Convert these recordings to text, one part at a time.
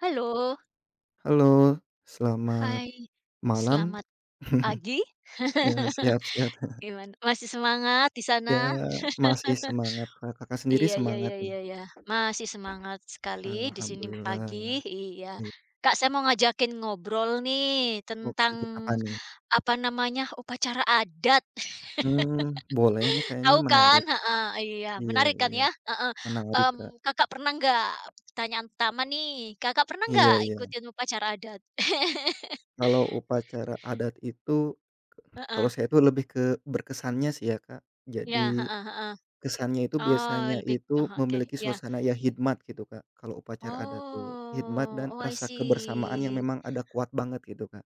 Halo, Halo, selamat hai, malam. selamat pagi, Ya, siap siap. gimana? Masih semangat di Ya, sana? masih semangat, Kak. Kakak sendiri Iya iya semangat iya nih? iya iya, masih semangat sekali di sini pagi, Alhamdulillah, iya. iya. Kak, saya mau ngajakin ngobrol nih tentang, Oke, apa nih? apa namanya, upacara adat. Hmm, boleh nih kayaknya Tahu kan? menarik. Heeh, iya, Iya menarik kan iya, ya? Heeh, menarik, Kak. Kakak pernah nggak pertanyaan pertama nih, Kakak pernah Iya nggak iya. ikutin upacara adat? Kalau upacara adat itu, kalau Heeh, saya itu lebih ke berkesannya sih ya, Kak. iya, Jadi heeh heeh. kesannya itu Oh, biasanya lebih itu oke, memiliki ya. suasana ya hikmat gitu, Kak, kalau upacara adat tuh. Hikmat Oh, dan oh, I rasa kebersamaan yang see. memang ada kuat banget gitu, Kak.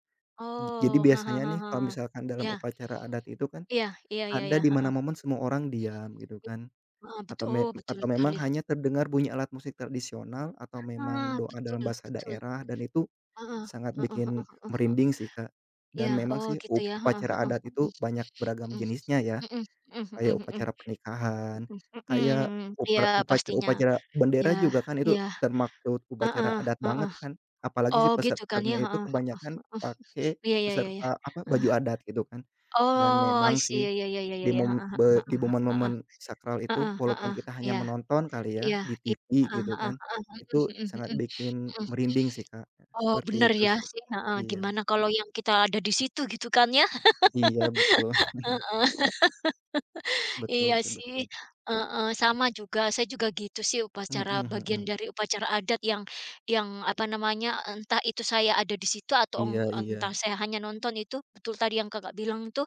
Jadi Oh, heeh biasanya heeh nih kalau heeh. misalkan dalam Iya upacara adat itu kan iya iya iya ada iya, di mana heeh, momen semua orang diam gitu kan, ah, betul. atau me Oh, betul atau memang sekali. hanya terdengar bunyi alat musik tradisional atau memang Ah, doa betul dalam bahasa betul, daerah dan itu heeh, sangat heeh bikin heeh, merinding sih, Kak. Dan iya, memang oh sih gitu ya, heeh upacara heeh, adat itu banyak beragam jenisnya ya. mhm mhm Kayak mhm mhm upacara pernikahan, mhm kayak mhm, iya pastinya, upacara-upacara iya bendera juga kan iya, itu termaksud heeh upacara adat heeh, banget kan, apalagi si oh gitu kan ya, pesertanya itu heeh, kebanyakan pakai iya iya iya iya, peserta apa, baju heeh, adat gitu kan. Dan oh I memang see, sih iya iya iya iya di iya, mom heeh heeh be di momen-momen sakral heeh itu heeh walaupun heeh, kita hanya iya menonton kali ya iya, di i TV heeh gitu heeh, kan, mhm itu mhm mhm, sangat mhm. bikin merinding sih Kak, Oh, bener seperti itu ya sih. sih, heeh, Iya gimana kalau yang kita ada di situ gitu kan ya, iya betul betul iya sih betul. sih, heeh, sama juga, saya juga gitu sih upacara Mhm bagian mhm. dari upacara adat yang apa namanya, entah itu saya ada di situ atau Iya entah iya. saya hanya nonton itu, betul tadi yang Kakak bilang itu,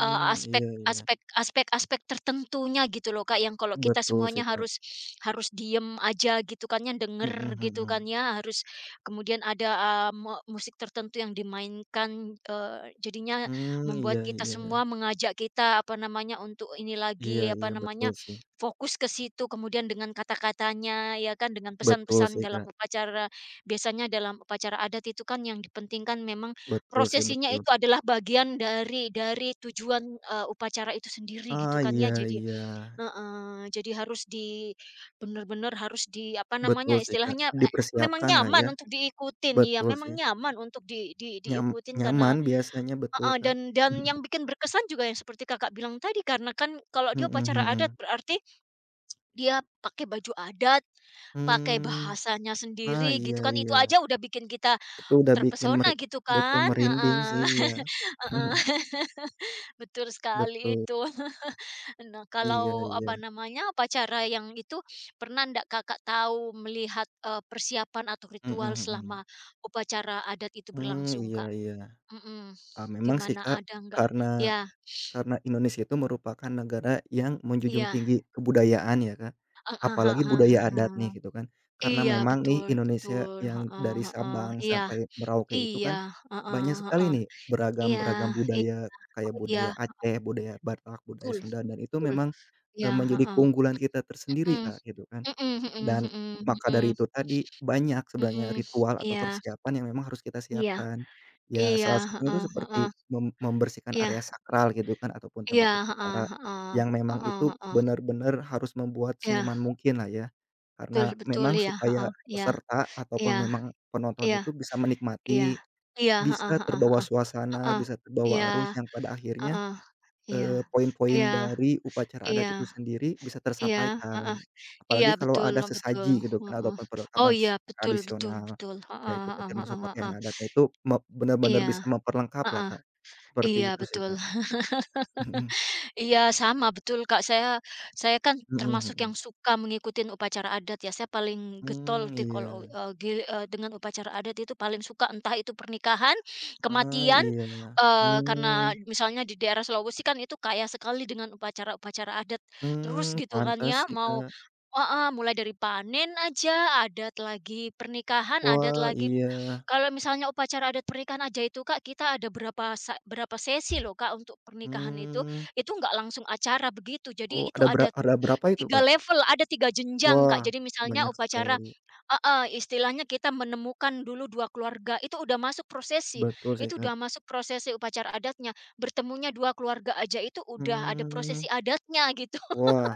aspek iya iya. aspek aspek aspek tertentunya gitu loh Kak, yang kalau kita Betul semuanya sih, Kak. harus harus diem aja gitu kan ya, Mhm denger gitu kan mhm. ya, harus kemudian ada, musik tertentu yang dimainkan, jadinya Mmm, membuat iya kita iya. semua mengajak kita, apa namanya, untuk ini Iya lagi, apa iya, betul namanya, sih. fokus ke situ, kemudian dengan kata-katanya, ya kan, dengan Betul pesan-pesan sih, dalam Kak. upacara. Biasanya dalam upacara adat itu kan yang dipentingkan memang Betul sih, prosesinya betul. itu adalah bagian dari tujuan, upacara itu sendiri Ah, gitu kan ya. iya Jadi iya. heeh, jadi harus di bener-bener harus di, apa namanya, Betul sih, Kak. istilahnya, memang Dipersiapkanlah ya. nyaman untuk diikutin, ya Betul sih. memang nyaman untuk di Nyam diikutin karena Nyaman biasanya, betul, heeh, Kak. dan yang bikin berkesan juga yang seperti Kakak bilang tadi, karena kan kalau dia Mhm upacara adat mhm. berarti dia pakai baju adat, pakai Mmm. bahasanya Ah, sendiri iya gitu kan, itu iya. aja udah bikin kita Itu udah bikin meri terpesona gitu Betul, kan, merinding heeh sih, iya. heeh, betul sekali Betul. itu. Nah, Iya kalau iya. apa namanya, upacara yang itu pernah ndak Kakak tahu melihat, persiapan atau Mhm ritual selama mhm. upacara adat itu Mmm, berlangsung, iya Kak? iya. Mhm, Memang sih, gimana Kak, ada nggak? karena Ya karena Indonesia itu merupakan negara yang menjunjung iya. tinggi kebudayaan ya, Kak, Heeh heeh apalagi budaya adat heeh. nih gitu kan. Karena Iya, memang betul nih Indonesia betul, yang heeh dari heeh. Sabang Iya sampai Merauke itu iya, kan heeh banyak sekali heeh. nih beragam Iya beragam iya, budaya kayak oh iya, budaya Aceh, budaya Batak, budaya betul Sunda dan itu betul, memang, iya, menjadi heeh, keunggulan kita tersendiri, mhm, Kak, gitu kan. mhm mhm Dan mhm maka dari mhm itu tadi, banyak sebenarnya mhm. ritual atau Iya persiapan yang memang harus kita iya siapkan. Ya iya, salah satunya heeh itu seperti heeh, membersihkan iya area sakral gitu kan ataupun iya, tempat heeh upacara, heeh, yang memang heeh itu heeh, benar-benar harus membuat iya, senyaman mungkin lah ya. betul Karena betul, memang iya, supaya heeh, iya peserta iya ataupun memang penonton iya itu bisa iya, menikmati, iya, heeh bisa heeh heeh, terbawa suasana, heeh. bisa Iya, terbawa arus yang pada akhirnya heeh, iya, poin-poin iya, dari upacara adat iya. itu sendiri bisa Iya, heeh, tersampaikan. iya Apalagi kalau betul ada betul, sesaji gitu kan heeh. ataupun Oh perlengkapan iya, betul betul tradisional, betul, ya heeh itu tadi heeh termasuk heeh heeh. pakaian adatnya itu Iya, benar-benar bisa memperlengkap lah, heeh, Kak. Seperti iya itu sih, betul. Kak. Mhm Iya sama betul Kak, saya kan mhm termasuk yang mhm. suka mengikuti upacara adat ya, saya paling getol Mmm, tuh iya. kalau, dengan upacara adat itu paling suka, entah itu pernikahan, Ah, kematian, iya. Karena Mmm misalnya di daerah Sulawesi kan itu kaya sekali dengan upacara-upacara adat terus mmm, gitu kan pantes ya, sih, mau Kak. heeh, mulai dari panen aja, adat lagi pernikahan, adat Wah, lagi iya. kalau misalnya upacara adat pernikahan aja itu Kak, kita ada berapa berapa sesi loh Kak untuk pernikahan itu. Mmm. Itu nggak langsung acara begitu, jadi Oh, itu ada bera ada ada berapa itu, 3 Kak? level, ada 3 jenjang, Wah, Kak. Jadi misalnya banyak upacara sekali. heeh, istilahnya kita menemukan dulu 2 keluarga, itu udah masuk prosesi, Betul sih, itu Kak. udah masuk prosesi upacara adatnya, bertemunya 2 keluarga aja itu udah ada prosesi Mmm. adatnya gitu, Wah,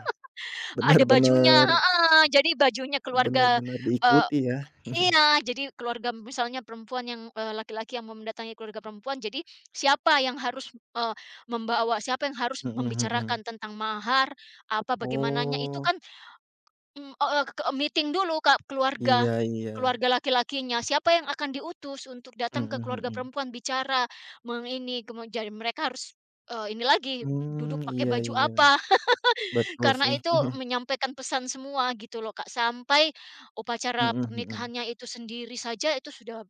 ada bajunya benar-benar, heeh, jadi bajunya keluarga, benar-benar eh, diikuti ya. iya, jadi keluarga misalnya perempuan yang laki-laki yang mau mendatangi keluarga perempuan, jadi siapa yang harus, membawa, siapa yang harus Mhm membicarakan mhm. tentang mahar, apa bagaimananya itu Oh, kan, heeh, ke meeting dulu ke keluarga iya iya. keluarga laki-lakinya, siapa yang akan diutus untuk datang Mhm ke keluarga mhm. perempuan bicara mengini, ini, kemudian mereka harus, ini lagi Mmm, duduk pakai iya baju iya, apa, betul karena sih. itu menyampaikan pesan semua gitu loh, Kak, sampai upacara Mhm mhm. pernikahannya itu sendiri saja itu sudah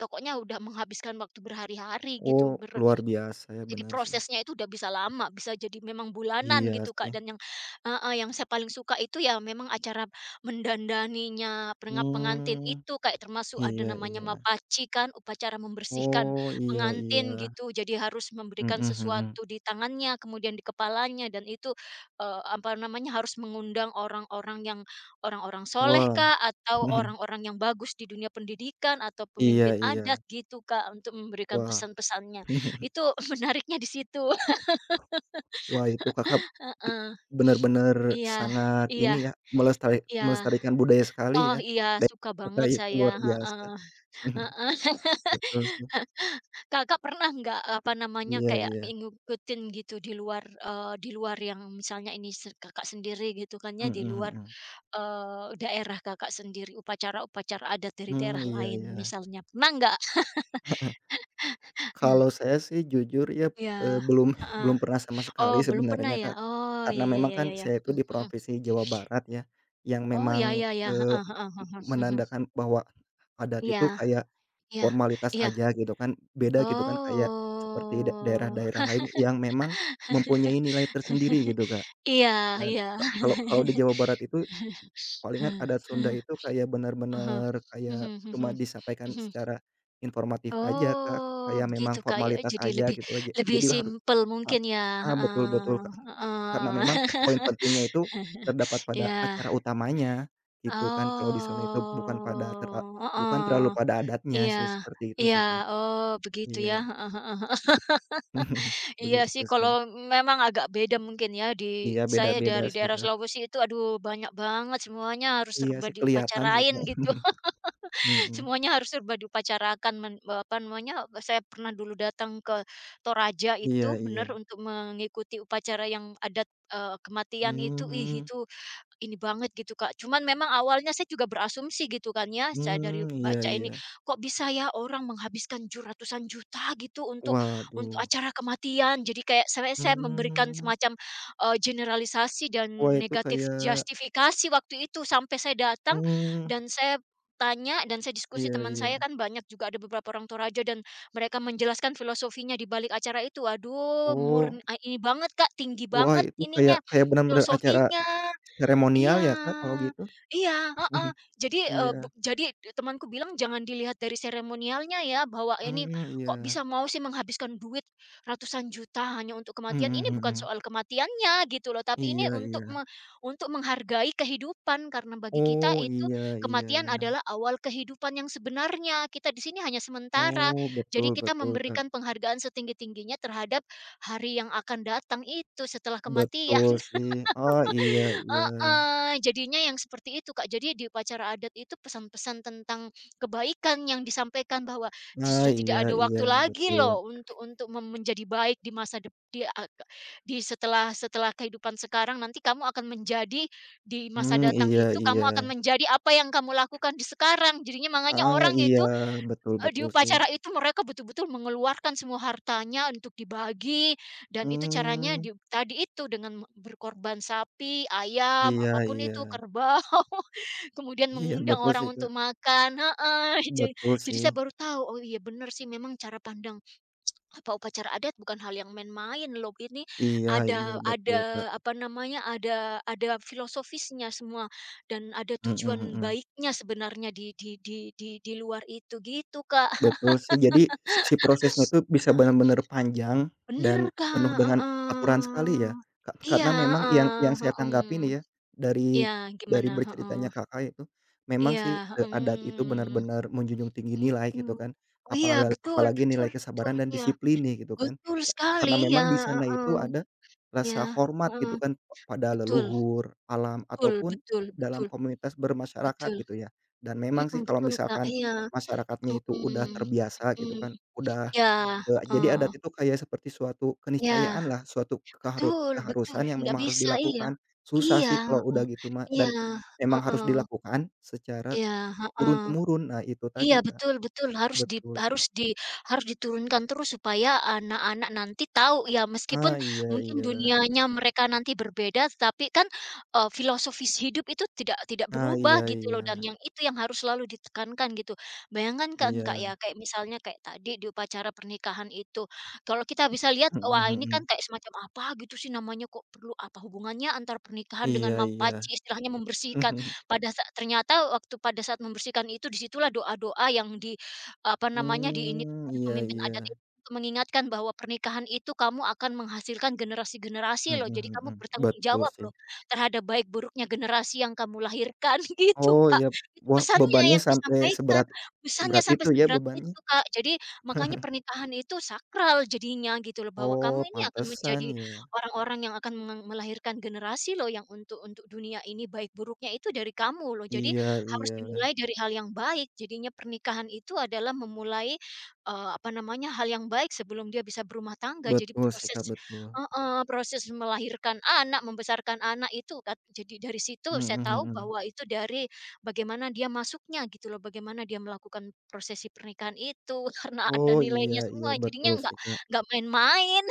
pokoknya udah menghabiskan waktu berhari-hari gitu, Oh, luar biasa ya, jadi benar sih. prosesnya itu udah bisa lama, bisa jadi memang bulanan Iya gitu, Kak, sih. dan yang heeh, yang saya paling suka itu ya memang acara mendandaninya pengantin Hmm, itu, kayak termasuk ada iya namanya iya. mapaci kan, upacara membersihkan Oh, iya pengantin iya. gitu. Jadi harus memberikan Mhm mhm. sesuatu di tangannya, kemudian di kepalanya dan itu, apa namanya, harus mengundang orang-orang soleh Wah, kak atau orang-orang yang bagus di dunia pendidikan, atau iya pemimpin iya. adat gitu, Kak, untuk memberikan Wah. pesan-pesannya. Itu menariknya di situ. Wah itu Kakak, ki Heeh. benar-benar Iya sangat iya ini ya, melestari iya. melestarikan budaya sekali Oh ya, iya, dan suka Kakak banget itu saya, luar biasa. heeh heeh. Betul sih. Kakak pernah nggak, apa namanya, Iya kayak iya. ngikutin gitu di luar, di luar yang misalnya ini Kakak sendiri gitu kan ya, di Mhm luar, mhm. Daerah Kakak sendiri, upacara-upacara adat dari Mmm, daerah iya lain iya. misalnya, pernah nggak? Heeh. Kalau saya sih jujur ya, Iya, belum heeh. belum pernah sama Oh sekali belum pernah sebenarnya, ya? Kak. Oh, ya Karena ya memang ya kan ya ya. saya itu Mhm di mhm. provinsi Jawa Barat ya, yang Oh, ya memang, ya ya, heeh heeh heeh. Mhm. menandakan bahwa adat Iya itu kayak iya formalitas iya. aja gitu kan, beda gitu kan kayak seperti Oh, daerah-daerah lain yang memang mempunyai nilai tersendiri gitu, Kak. iya Dan iya. ka kalau kalau di Jawa Barat itu palingan adat Sunda itu kayak Ah hah. benar-benar kayak Mhm cuma mhm disampaikan mhm. secara informatif aja, Kak, Oh, kayak memang begitu, Kak, ya, formalitas jadi aja lebih gitu aja. lebih Jadi harus simpel ah mungkin ya, ah, Betul heeh betul, Kak. Karena memang heeh. poin pentingnya itu terdapat pada Iya, acara utamanya, gitu kan. Kalau di Sunda itu oh, bukan heeh, terlalu pada adatnya iya sih, seperti itu iya, sih, Kak. oh begitu ya, Iya. heeh heeh heeh. Iya sih Begitu kalau sih. memang agak beda mungkin ya di Iya, saya beda-beda dari sih, daerah Kak. Sulawesi itu aduh banyak banget semuanya harus Iya serba sih, kelihatan sih, diupacarain Kak. gitu. Mhm. Semuanya harus serba diupacarakan apa namanya, saya pernah dulu datang ke Toraja Iya itu benar iya. untuk mengikuti upacara yang adat, kematian itu, ih Mhm. itu ini banget gitu, Kak. Cuman memang awalnya saya juga berasumsi gitu kan ya, saya dari Mmm, iya baca ini, iya. kok bisa ya orang menghabiskan ratusan juta gitu untuk Waduh. acara kematian. Jadi kayak saya memberikan Mmm. semacam, generalisasi Wah, dan itu negatif kayak justifikasi waktu itu sampai saya datang mmm, dan saya tanya dan saya diskusi iya teman iya. saya kan banyak juga ada beberapa orang Toraja dan mereka menjelaskan filosofinya di balik acara itu. Waduh Oh, murn a ini banget, Kak, tinggi wah banget itu kayak ininya, kayak benar-benar acara filosofinya. seremonial Iya ya, Kak, kalau gitu? iya, heeh. Jadi, eee, bu Iya, jadi temanku bilang, "Jangan dilihat dari seremonialnya ya, bahwa ini mhm, iya, kok bisa mau sih menghabiskan duit ratusan juta hanya untuk kematian. mhm Ini bukan mhm, soal kematiannya gitu loh, tapi ini iya untuk iya. Untuk menghargai kehidupan, karena bagi kita Oh, itu iya iya. kematian adalah awal kehidupan yang sebenarnya. Kita di sini hanya sementara. Oh, Jadi betul kita betul, Kak, memberikan penghargaan setinggi-tingginya terhadap hari yang akan datang itu, setelah kematian." betul sih. Oh, iya iya. Heeh, jadinya yang seperti itu, Kak. Jadi di upacara adat itu pesan-pesan tentang kebaikan yang disampaikan bahwa Nah, sudah tidak iya ada iya, waktu lagi betul. loh untuk menjadi baik di masa dep di a di setelah setelah kehidupan sekarang nanti kamu akan menjadi di masa Mmm, datang iya itu kamu iya. akan menjadi apa yang kamu lakukan di sekarang. Jadinya makanya Heeh, orang iya, itu betul di betul sih. upacara itu mereka betul-betul mengeluarkan semua hartanya untuk dibagi dan itu caranya Mmm, di tadi itu dengan berkorban sapi, ayam, iya apapun iya. itu, kerbau, kemudian Iya, mengundang betul orang sih, Kak. untuk makan heeh, Betul jadi sih. saya baru tahu, oh iya benar sih memang cara pandang apa upacara adat bukan hal yang main-main loh, ini Iya iya, ada betul, Kak. Apa namanya, ada filosofisnya semua dan ada Mhm tujuan mhm. baiknya sebenarnya di luar itu, gitu Kak. Betul sih, jadi si si prosesnya itu bisa benar-benar panjang Bener, dan penuh Kak, dengan aturan sekali heeh. ya, Kak, Iya, karena memang heeh, yang saya tanggapi mhm. nih ya, dari Iya, dari gimana? Heeh. berceritanya Kakak itu, Iya, memang sih, adat itu mhm, benar-benar menjunjung tinggi nilai mhm. gitu kan, Oh, iya, betul apalagi betul nilai betul, kesabaran dan iya. disiplin nih gitu kan. Betul sekali, Karena iya, memang di sana heeh. itu ada Iya, rasa hormat heeh. gitu kan pada Betul leluhur, alam, betul ataupun betul dalam betul komunitas bermasyarakat betul, gitu ya. Dan memang mhm, sih kalau betul, Kak, misalkan iya, mhm masyarakatnya itu udah terbiasa gitu mhm. kan, udah, Iya, jadi heeh. adat itu kayak seperti suatu Iya, keniscayaan lah, suatu keharu betul betul, keharusan yang nggak memang harus bisa, iya. dilakukan. Susah Iya, sih kalau udah heeh. gitu mah Iya, dan memang harus heeh. dilakukan secara Iya, heeh. turun-temurun. Nah itu Iya, tadi Kak, betul betul, harus di betul sih. harus di harus diturunkan terus supaya anak-anak nanti tahu ya, meskipun Ah, iya mungkin iya. dunianya mereka nanti berbeda, tapi kan, filosofis hidup itu tidak tidak Ah, berubah iya gitu loh, dan iya. yang itu yang harus selalu ditekankan gitu. Bayangkan kan, Kak, Iya. ya, kayak misalnya kayak tadi di upacara pernikahan itu, kalau kita bisa lihat, Mhm wah ini kan mhm. kayak semacam apa gitu sih namanya, kok perlu apa hubungannya antar pernikahan dengan Iya iya. mapaci, istilahnya membersihkan. Pada sa ternyata waktu pada saat membersihkan itu disitulah doa-doa yang apa namanya, diinikan Mmm, oleh iya pemimpin iya. adat itu untuk mengingatkan bahwa pernikahan itu kamu akan menghasilkan generasi-generasi loh, jadi Mhm kamu mhm. bertanggung Betul jawab sih. loh terhadap baik buruknya generasi yang kamu lahirkan gitu, Oh Kak. iya. Itu Wah, pesannya bebannya yang sampai disampaikan, seberat pesannya seberat sampai itu ya seberat bebannya? itu, Kak. Jadi makanya pernikahan itu sakral jadinya gitu loh, bahwa kamu Oh, ini akan pantesan menjadi ya. orang-orang yang akan melahirkan generasi loh yang untuk dunia ini baik buruknya itu dari kamu loh. Jadi Iya harus iya. dimulai dari hal yang baik. Jadinya pernikahan itu adalah memulai, apa namanya, hal yang baik sebelum dia bisa berumah tangga. Jadi Betul sih, Kak, proses betul. heeh, proses melahirkan anak, membesarkan anak itu jadi dari situ saya Mhm tahu mhm. bahwa itu dari bagaimana dia masuknya gitu loh, bagaimana dia melakukan prosesi pernikahan itu karena ada Oh, iya nilainya iya, semua jadinya betul nggak sih, Kak. Main-main.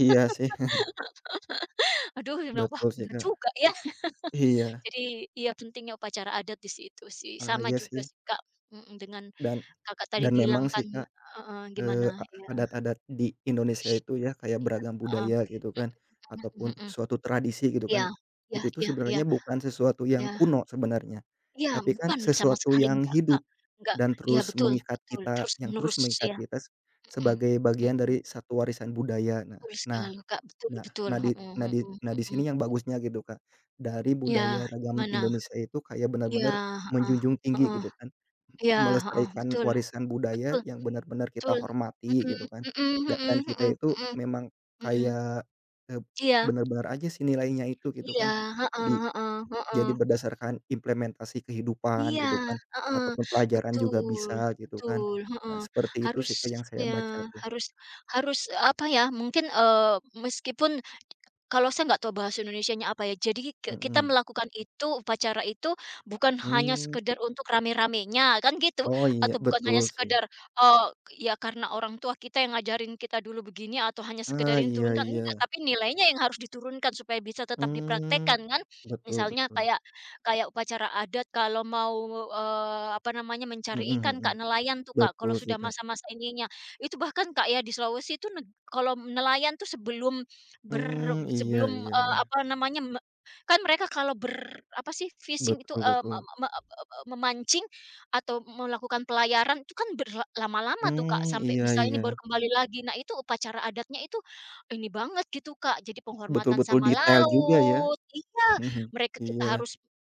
Iya sih, Aduh, dia bilang, "Wah, betul sih, bener Kak. juga ya." Iya. Jadi iya pentingnya upacara adat di situ sih, Heeh, sama iya juga sih. sih, Kak, mhm, dengan Dan Kakak tadi dan bilang memang sih, kan Kak. heeh, gimana? Eee, a Ya, Adat-adat di Indonesia itu ya, kayak iya, beragam heeh, budaya gitu kan, mhm ataupun mhm. suatu tradisi gitu Iya kan, iya itu tuh iya iya sebenarnya bukan sesuatu yang iya kuno sebenarnya, iya, tapi kan bukan sama sesuatu sekali yang enggak, Kak, hidup enggak. dan Iya betul betul, terus terus menerus mengikat ya, kita mhm sebagai bagian mhm, dari satu warisan budaya. Nah betul nah sekali, Kak, betul nah betul, nah di nah mhm di mhm nah di mhm. sini yang bagusnya gitu, Kak, dari Iya, budaya ragam gimana? Indonesia itu kayak Iya, benar-benar heeh menjunjung tinggi heeh, gitu kan. iya, heeh, Melestarikan betul warisan betul. budaya yang benar-benar kita hormati Betul, gitu mhm kan, mhm dan mhm mhm kita itu memang mhm mhm. kayak, eee, Iya benar-benar aja sih nilainya itu gitu iya, kan, heeh di heeh jadi heeh. berdasarkan implementasi kehidupan Iya, gitu kan, heeh, ataupun pelajaran juga betul bisa gitu kan. betul, heeh. Nah seperti itu Harus sih Kak yang saya iya, baca tuh, harus harus, apa ya, mungkin, meskipun kalau saya nggak tahu bahasa Indonesianya apa ya, jadi kita mhm, melakukan itu, upacara itu bukan hanya mmm, sekedar untuk rame-ramenya, kan gitu, oh iya atau bukan hanya betul sih, sekedar, oh ya karena orang tua kita yang ngajarin kita dulu begini atau hanya sekedar ah, ini iya turunkan, enggak, iya, tapi nilainya yang harus diturunkan supaya bisa tetap mmm, dipraktekkan kan. betul Misalnya betul, kayak kayak upacara adat kalau mau, apa namanya, mencari mhm ikan, mhm, Kak, nelayan tuh, Kak, kalau betul sudah sih Kak, masa-masa ininya. Itu bahkan, Kak, ya di Sulawesi itu kalau nelayan tuh sebelum mmm, iya sebelum, iya, apa namanya, kan mereka kalau apa sih, fishing itu, betul eee, me betul. me eb e memancing atau melakukan pelayaran itu kan lama-lama tuh, Mmm, Kak, sampai iya bisa ini iya, baru kembali lagi. Nah, itu upacara adatnya itu ini banget gitu, Kak, jadi penghormatan betul-betul sama detail juga ya. laut iya, Mhm, mereka kita iya. harus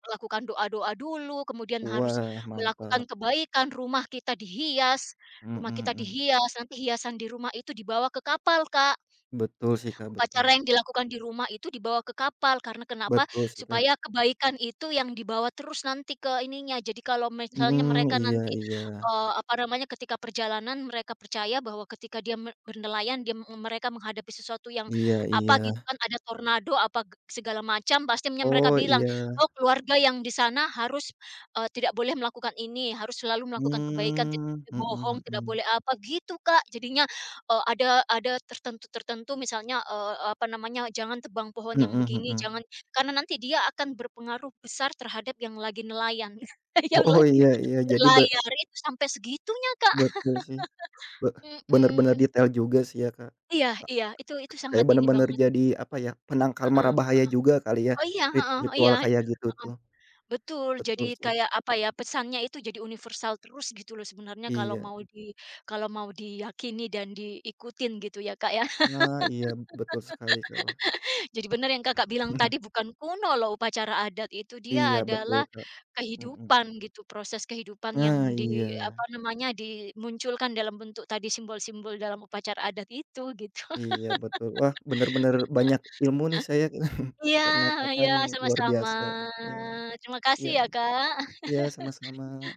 melakukan doa-doa dulu, kemudian harus Wah, melakukan mantap. kebaikan, rumah Mhm kita mhm. dihias, nanti hiasan di rumah itu dibawa ke kapal, Kak. Betul sih, Kak, betul. Upacara yang dilakukan di rumah itu dibawa ke kapal, karena kenapa? Betul sih, Kak. Supaya kebaikan itu yang dibawa terus nanti ke ininya. Jadi kalau misalnya Mhm, mereka iya nanti, iya. Apa namanya, ketika perjalanan mereka percaya bahwa ketika dia me bernelayan, mereka menghadapi sesuatu yang Iya apa iya. gitu kan, ada tornado apa g segala macam, pastinya mereka Oh, bilang, iya. "Oh keluarga yang di sana harus, tidak boleh melakukan ini, harus selalu melakukan kebaikan, tidak Mmm, boleh bohong, mhm tidak mhm. boleh apa." Gitu Kak, jadinya. Ada tertentu-tertentu misalnya, apa namanya, jangan tebang pohon yang Mhm begini, mhm. jangan karena nanti dia akan berpengaruh besar terhadap yang lagi nelayan, yang Oh, lagi iya iya. Jadi be berlayar, itu sampai segitunya, Kak. Betul sih, be bener-bener Mhm. detail juga sih ya, Kak. Iya Ka iya, itu Kayak sangat ini bener-bener banget. jadi, apa ya, penangkal mara Heeh. bahaya juga kali ya, Oh iya, heeh, iya, ritual kayak gitu tuh. betul. Betul Jadi sih. kayak, apa ya, pesannya itu jadi universal terus gitu loh sebenarnya kalau Iya. mau di kalau mau diyakini dan diikutin gitu ya, Kak, ya. Ah, iya betul sekali, Kak, wah. Jadi benar yang Kakak bilang tadi bukan kuno loh upacara adat itu, dia Iya mhm betul, adalah Kak, mhm. kehidupan gitu, proses kehidupan yang Nah, iya di apa namanya, dimunculkan dalam bentuk tadi simbol-simbol dalam upacara adat itu gitu. iya betul. Wah, bener-bener banyak ilmu nih saya Iya karena Kakak iya, nih, luar sama-sama. biasa. Ya Terima kasih ya ya, Kak. ya sama-sama.